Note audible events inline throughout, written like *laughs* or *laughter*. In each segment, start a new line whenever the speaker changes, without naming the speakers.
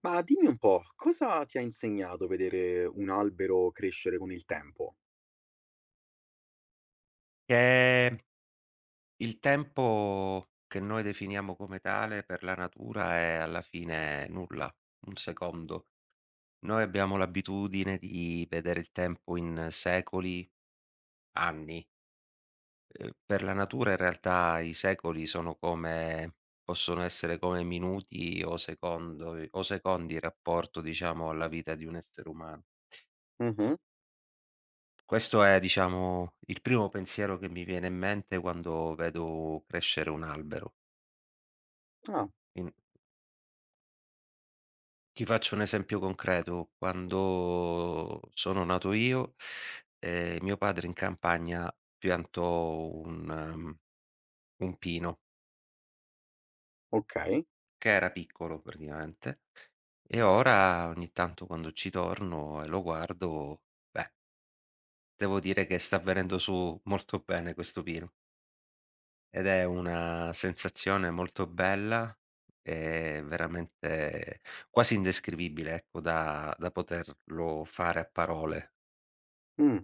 Ma dimmi un po', cosa ti ha insegnato vedere un albero crescere con il tempo?
Ehm, il tempo che noi definiamo come tale per la natura è alla fine nulla, 1 secondo. Noi abbiamo l'abitudine di vedere il tempo in secoli, anni. Per la natura in realtà i secoli sono come possono essere come minuti o secondo i o secondi in rapporto, diciamo, alla vita di un essere umano.
Mh-mh.
Questo è, diciamo, il primo pensiero che mi viene in mente quando vedo crescere un albero.
Ah,
In Ti faccio un esempio concreto: quando sono nato io, mio padre in campagna piantò un pino
okay.
che era piccolo praticamente, e ora ogni tanto quando ci torno e lo guardo, beh, devo dire che sta venendo su molto bene questo pino ed è una sensazione molto bella e veramente quasi indescrivibile, ecco, da poterlo fare a parole.
Mh.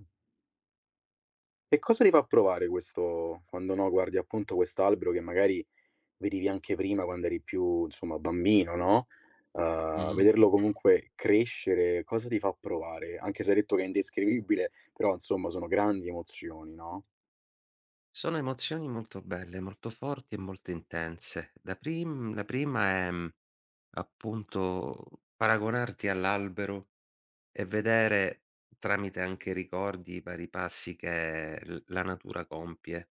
E cosa ti fa provare questo quando, no, guardi appunto quest'albero che magari vedevi anche prima quando eri più, insomma, bambino, no,
Mh-mh.
vederlo comunque crescere, cosa ti fa provare? Anche se hai detto che è indescrivibile, però insomma sono grandi emozioni, no?
Sono emozioni molto belle, molto forti e molto intense. Da prim la prima è, appunto paragonarti all'albero e vedere, tramite anche ricordi, i vari passi che l la natura compie.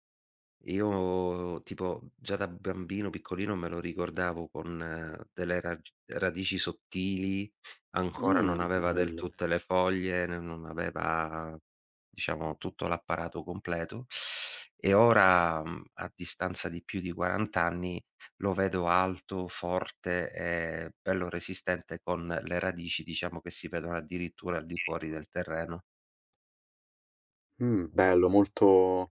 Io tipo già da bambino piccolino me lo ricordavo con delle rag radici sottili, ancora
Mh,
non aveva del
bello.
tutte le foglie, n non aveva diciamo tutto l'apparato completo e ora, a distanza di più di 40 anni, lo vedo alto, forte e bello resistente con le radici diciamo che si vedono addirittura al di fuori del terreno.
Bello, molto.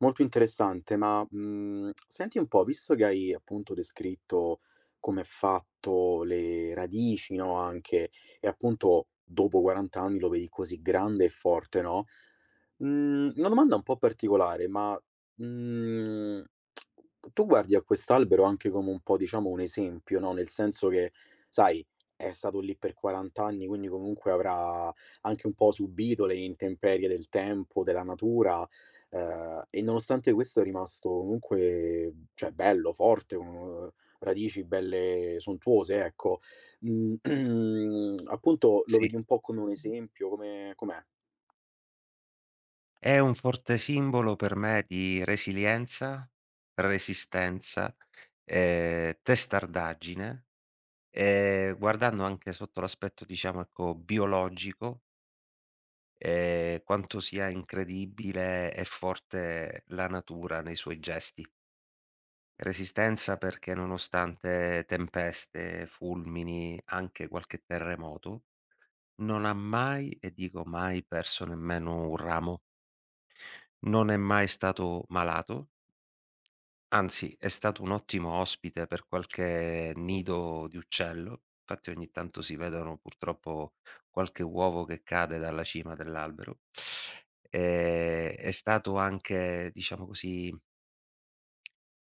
Molto interessante, ma, senti un po', visto che hai appunto descritto come è fatto, le radici, no, anche, e appunto dopo 40 anni lo vedi così grande e forte, no, una domanda un po' particolare, ma, mhmm, tu guardi a quest'albero anche come un po' diciamo un esempio, no, nel senso che, sai, è stato lì per 40 anni, quindi comunque avrà anche un po' subito le intemperie del tempo, della natura. E nonostante questo è rimasto comunque, cioè bello, forte, radici belle sontuose, ecco. *clears throat* Appunto lo
Sì.
vedi un po' come un esempio, come com'è?
È un forte simbolo per me di resilienza, resistenza, testardaggine, guardando anche sotto l'aspetto, diciamo, ecco, biologico, quanto sia incredibile e forte la natura nei suoi gesti. Resistenza perché nonostante tempeste, fulmini, anche qualche terremoto, non ha mai, e dico mai, perso nemmeno un ramo. Non è mai stato malato. Anzi, è stato un ottimo ospite per qualche nido di uccello, infatti ogni tanto si vedono purtroppo qualche uovo che cade dalla cima dell'albero. È stato anche, diciamo così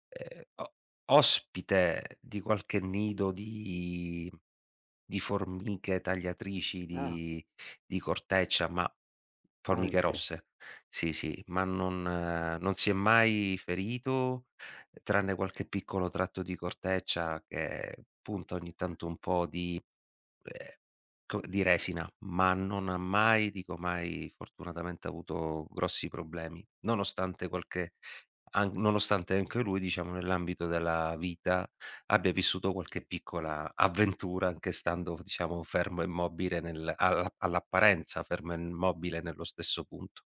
o ospite di qualche nido di formiche tagliatrici
Ah,
di corteccia, ma formiche
anche.
rosse. Sì, sì, ma non si è mai ferito, tranne qualche piccolo tratto di corteccia che punta ogni tanto un po' ehm, di resina, ma non ha mai, dico mai, fortunatamente avuto grossi problemi, nonostante qualche An nonostante anche lui, diciamo, nell'ambito della vita abbia vissuto qualche piccola avventura, anche stando, diciamo, fermo e mobile nel alla all'apparenza fermo e mobile nello stesso punto.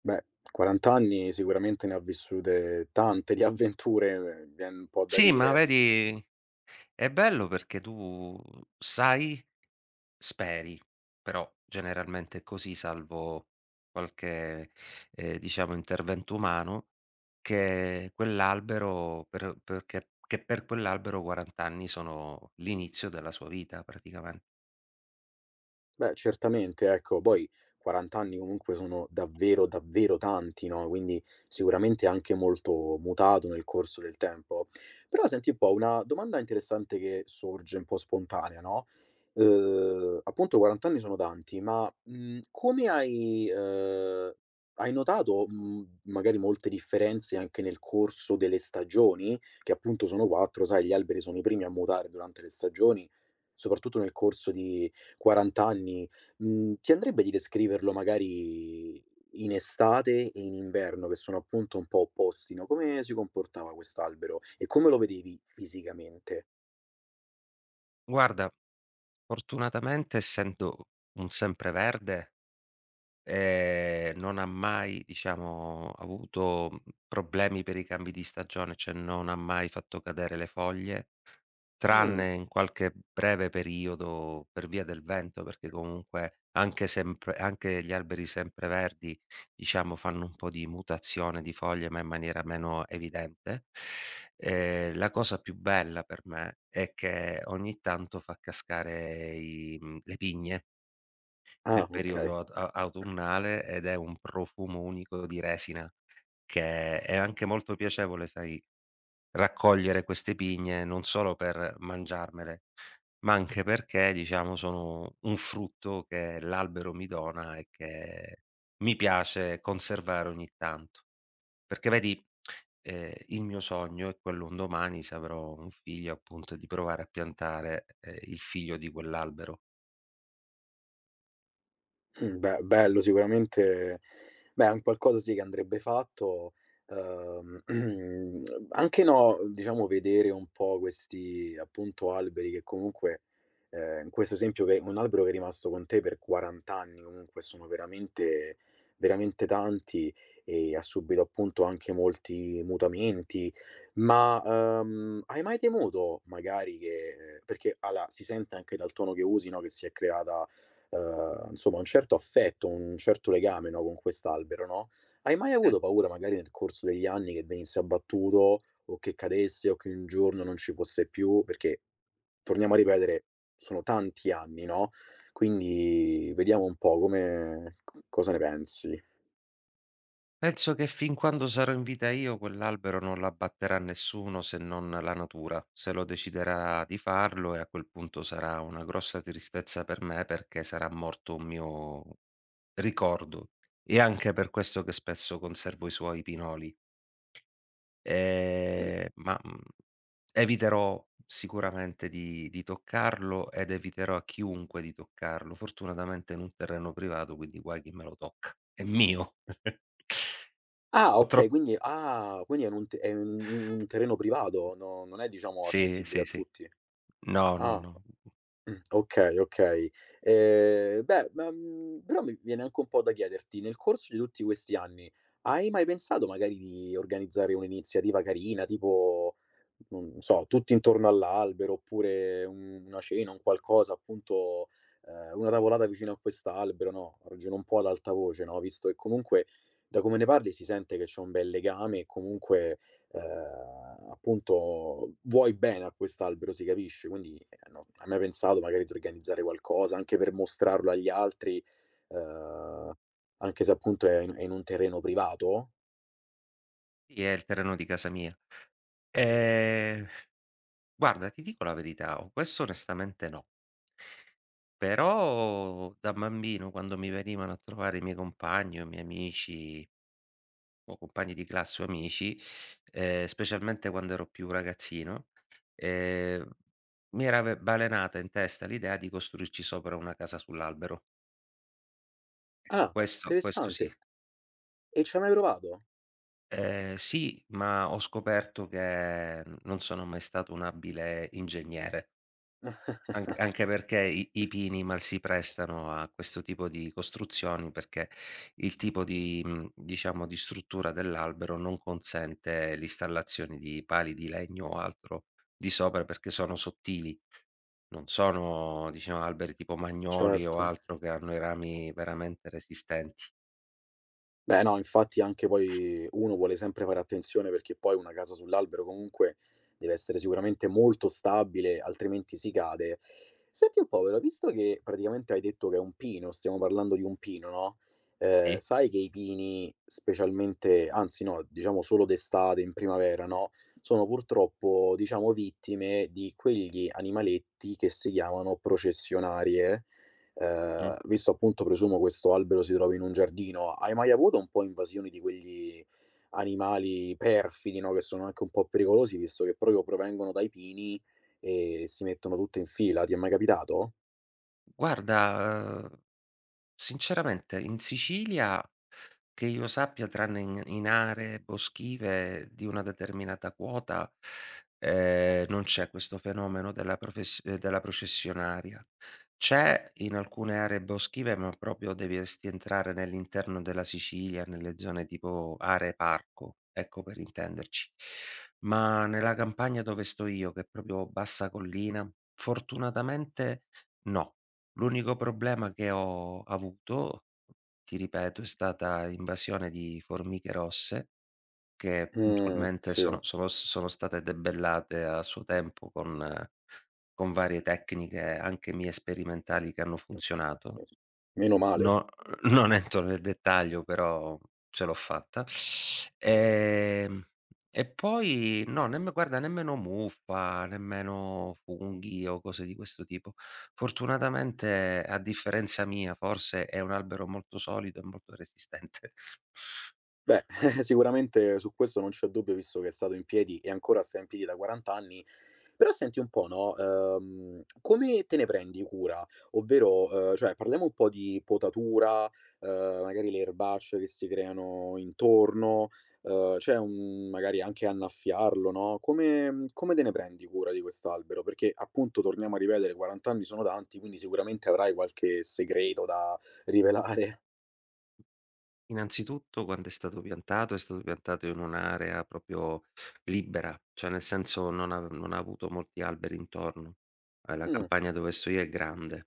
Beh, 40 anni sicuramente ne ha vissute tante di avventure, vien un po' da
Sì, ma
dire.
vedi è bello perché tu sai. Speri, però generalmente è così, salvo qualche, diciamo intervento umano, che quell'albero per perché che per quell'albero 40 anni sono l'inizio della sua vita praticamen
Beh, certamente, ecco, poi 40 anni comunque sono davvero, davvero tanti, no, quindi sicuramente anche molto mutato nel corso del tempo. Però senti un po', una domanda interessante che sorge un po' spontanea, no, appunto 40 anni sono tanti, ma, come hai hai notato, magari molte differenze anche nel corso delle stagioni? Che appunto sono 4, sai, gli alberi sono i primi a mutare durante le stagioni, soprattutto nel corso di 40 anni, ti andrebbe di descriverlo magari in estate e in inverno, che sono appunto un po' opposti, no, come si comportava quest'albero e come lo vedevi fisicamente?
Guarda, fortunatamente essendo un sempreverde, non ha mai, diciamo, avuto, problemi per i cambi di stagione, cioè non ha mai fatto cadere le foglie.
Mh,
Tranne in qualche breve periodo per via del vento, perché comunque anche sempre anche gli alberi sempreverdi, diciamo, fanno un po' di mutazione di foglie, ma in maniera meno evidente. La cosa più bella per me è che ogni tanto fa cascare le pigne
ah
nel periodo
okay.
autunnale ed è un profumo unico di resina che è anche molto piacevole, sai. Raccogliere queste pigne non solo per mangiarmele, ma anche perché, diciamo, sono un frutto che l'albero mi dona e che mi piace conservare ogni tanto. Perché vedi, il mio sogno è quello un domani, se avrò un figlio, appunto, di provare a piantare, il figlio di quell'albero.
Beh, bello sicuramente. Beh, è un qualcosa sì che andrebbe fatto, uhm, *clears throat* anche no, diciamo vedere un po' questi appunto alberi che comunque, in questo esempio che un albero che è rimasto con te per 40 anni, comunque sono veramente veramente tanti e ha subito appunto anche molti mutamenti. Ma, hai mai temuto magari che perché allora si sente anche dal tono che usi, no, che si è creata insomma un certo affetto, un certo legame, no, con quest'albero, no, hai mai avuto paura magari nel corso degli anni che venisse abbattuto o che cadesse o che un giorno non ci fosse più? Perché, torniamo a ripetere, sono tanti anni, no, quindi vediamo un po' come co cosa ne pensi.
Penso che fin quando sarò in vita io quell'albero non l'abbatterà nessuno se non la natura, se lo deciderà di farlo e a quel punto sarà una grossa tristezza per me perché sarà morto un mio ricordo. E anche per questo che spesso conservo i suoi pinoli. Ma, eviterò sicuramente di toccarlo ed eviterò a chiunque di toccarlo. Fortunatamente è in un terreno privato, quindi guai chi me lo tocca. È mio. *laughs*
Ah
Ho
okay,
troppo
quindi ah, quindi è un t è un terreno privato, no non è diciamo
Sì,
accessibile
sì,
a
sì.
tutti.
No, no,
Ah.
no.
Okay, okay. Beh, ma, però mi viene anche un po' da chiederti, nel corso di tutti questi anni, hai mai pensato magari di organizzare un'iniziativa carina, tipo, non so, tutti intorno all'albero, oppure un una cena, un qualcosa appunto, una tavolata vicino a quest'albero, no, ragiono un po' ad alta voce, no, visto che comunque da come ne parli si sente che c'è un bel legame e comunque, appunto vuoi bene a quest'albero, si capisce, quindi non hai mai pensato magari di organizzare qualcosa anche per mostrarlo agli altri, ehm, anche se appunto è in un terreno privato?
Sì, è il terreno di casa mia. Ehm, Guarda, ti dico la verità, o questo onestamente no. Però da bambino quando mi venivano a trovare i miei compagni o i miei amici o compagni di classe o amici, specialmente quando ero più ragazzino, ehm, mi era ve balenata in testa l'idea di costruirci sopra una casa sull'albero.
Ah,
Questo
interessante.
sì.
E ci hai mai provato?
Sì, ma ho scoperto che non sono mai stato un abile ingegnere,
*laughs*
anche perché i pini mal si prestano a questo tipo di costruzioni, perché il tipo di diciamo di struttura dell'albero non consente l'installazione di pali di legno o altro di sopra, perché sono sottili, non sono diciamo alberi tipo magnoli o
Certo.
altro che hanno i rami veramente resistenti.
Beh, no, infatti anche poi uno vuole sempre fare attenzione perché poi una casa sull'albero comunque deve essere sicuramente molto stabile, altrimenti si cade. Senti un po', però, visto che praticamente hai detto che è un pino, stiamo parlando di un pino, no?
Sì,
Sai che i pini specialmente anzi no, diciamo solo d'estate, in primavera, no, sono purtroppo, diciamo, vittime di quegli animaletti che si chiamano processionarie.
mh.
Visto appunto, presumo, questo albero si trovi in un giardino, hai mai avuto un po' invasioni di quegli animali perfidi, no, che sono anche un po' pericolosi, visto che proprio provengono dai pini e si mettono tutte in fila. Ti è mai capitato?
Guarda, sinceramente in Sicilia, che io sappia tranne in aree boschive di una determinata quota, non c'è questo fenomeno della processionaria. C'è in alcune aree boschive, ma proprio dovresti entrare nell'interno della Sicilia, nelle zone tipo aree parco, ecco per intenderci. Ma nella campagna dove sto io, che è proprio bassa collina, fortunatamente no. L'unico problema che ho avuto, ti ripeto, è stata invasione di formiche rosse che puntualmente
Sì.
sono state debellate a suo tempo con varie tecniche anche mie sperimentali che hanno funzionato.
Okay. Meno male.
No, non entro nel dettaglio, però ce l'ho fatta. Ehm, e poi no, nemm guarda nemmeno muffa, nemmeno funghi o cose di questo tipo. Fortunatamente, a differenza mia, forse è un albero molto solido e molto resistente. *laughs*
Beh, *laughs* sicuramente su questo non c'è dubbio, visto che è stato in piedi e ancora sta in piedi da 40 anni. Però senti un po', no, come te ne prendi cura? Ovvero, cioè parliamo un po' di potatura, magari le erbacce che si creano intorno, c'è un magari anche annaffiarlo, no, come te ne prendi cura di quest'albero? Perché appunto, torniamo a ripetere, 40 anni sono tanti, quindi sicuramente avrai qualche segreto da rivelare.
Innanzitutto quando è stato piantato in un'area proprio libera, cioè nel senso non ha avuto molti alberi intorno. La
Mh,
campagna dove sto io è grande.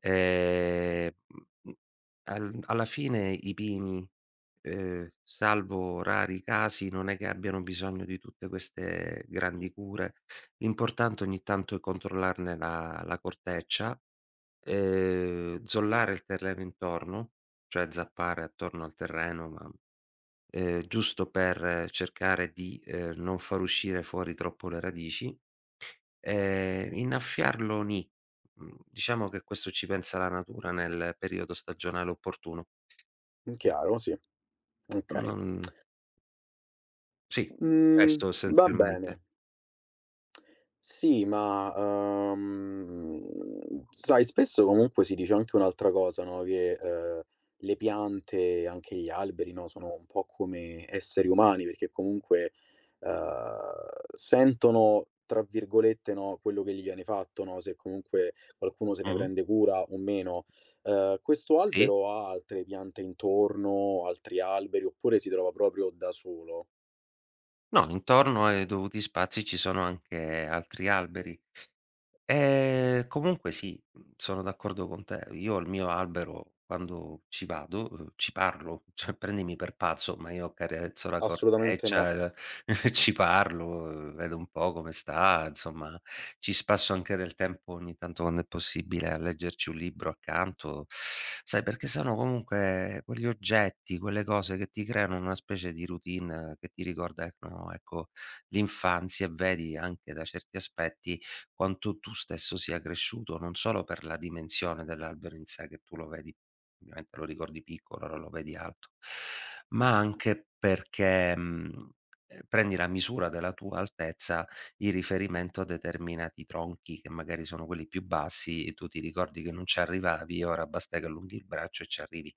Ehm, mhmm, al alla fine i pini, salvo rari casi, non è che abbiano bisogno di tutte queste grandi cure. L'importante ogni tanto è controllarne la corteccia, zollare il terreno intorno, cioè zappare attorno al terreno, ma giusto per cercare di, non far uscire fuori troppo le radici. Innaffiarlo nì. Diciamo che questo ci pensa la natura nel periodo stagionale opportuno.
chiaro, sì, okay.
Non Sì,
Mhmm,
questo
va bene.
essenzialmente.
Sì, ma, sai spesso comunque si dice anche un'altra cosa, no, che, le piante, anche gli alberi, no, sono un po' come esseri umani, perché comunque, ehm, sentono, tra virgolette, no, quello che gli viene fatto, no, se comunque qualcuno se ne
Mh-mh.
prende cura o meno. Questo
Sì.
albero ha altre piante intorno, altri alberi, oppure si trova proprio da solo?
No, intorno ai dovuti spazi ci sono anche altri alberi. Comunque sì, sono d'accordo con te. Io al mio albero quando ci vado, ci parlo, *laughs* cioè prendimi per pazzo, ma io accarezzo la
Assolutamente no.
corteccia, *laughs* ci parlo, vedo un po' come sta, insomma ci spasso anche del tempo ogni tanto quando è possibile a leggerci un libro accanto, sai perché sono comunque quegli oggetti, quelle cose che ti creano una specie di routine che ti ricordano, ecco, ecco, l'infanzia e vedi anche da certi aspetti quanto tu stesso sia cresciuto, non solo per la dimensione dell'albero in sé, che tu lo vedi ovviamente lo ricordi piccolo, ora lo vedi alto, ma anche perché, prendi la misura della tua altezza in riferimento a determinati tronchi che magari sono quelli più bassi e tu ti ricordi che non ci arrivavi e ora basta che allunghi il braccio e ci arrivi.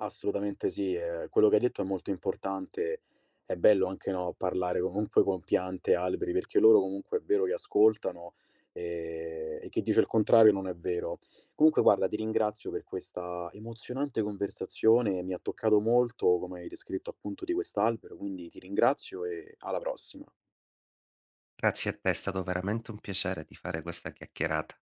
Assolutamente sì, quello che hai detto è molto importante. È bello anche, no, parlare comunque con piante e alberi, perché loro comunque è vero che ascoltano, e chi dice il contrario non è vero. Comunque guarda, ti ringrazio per questa emozionante conversazione, mi ha toccato molto come hai descritto appunto di quest'albero, quindi ti ringrazio e alla prossima.
Grazie a te, è stato veramente un piacere di fare questa chiacchierata.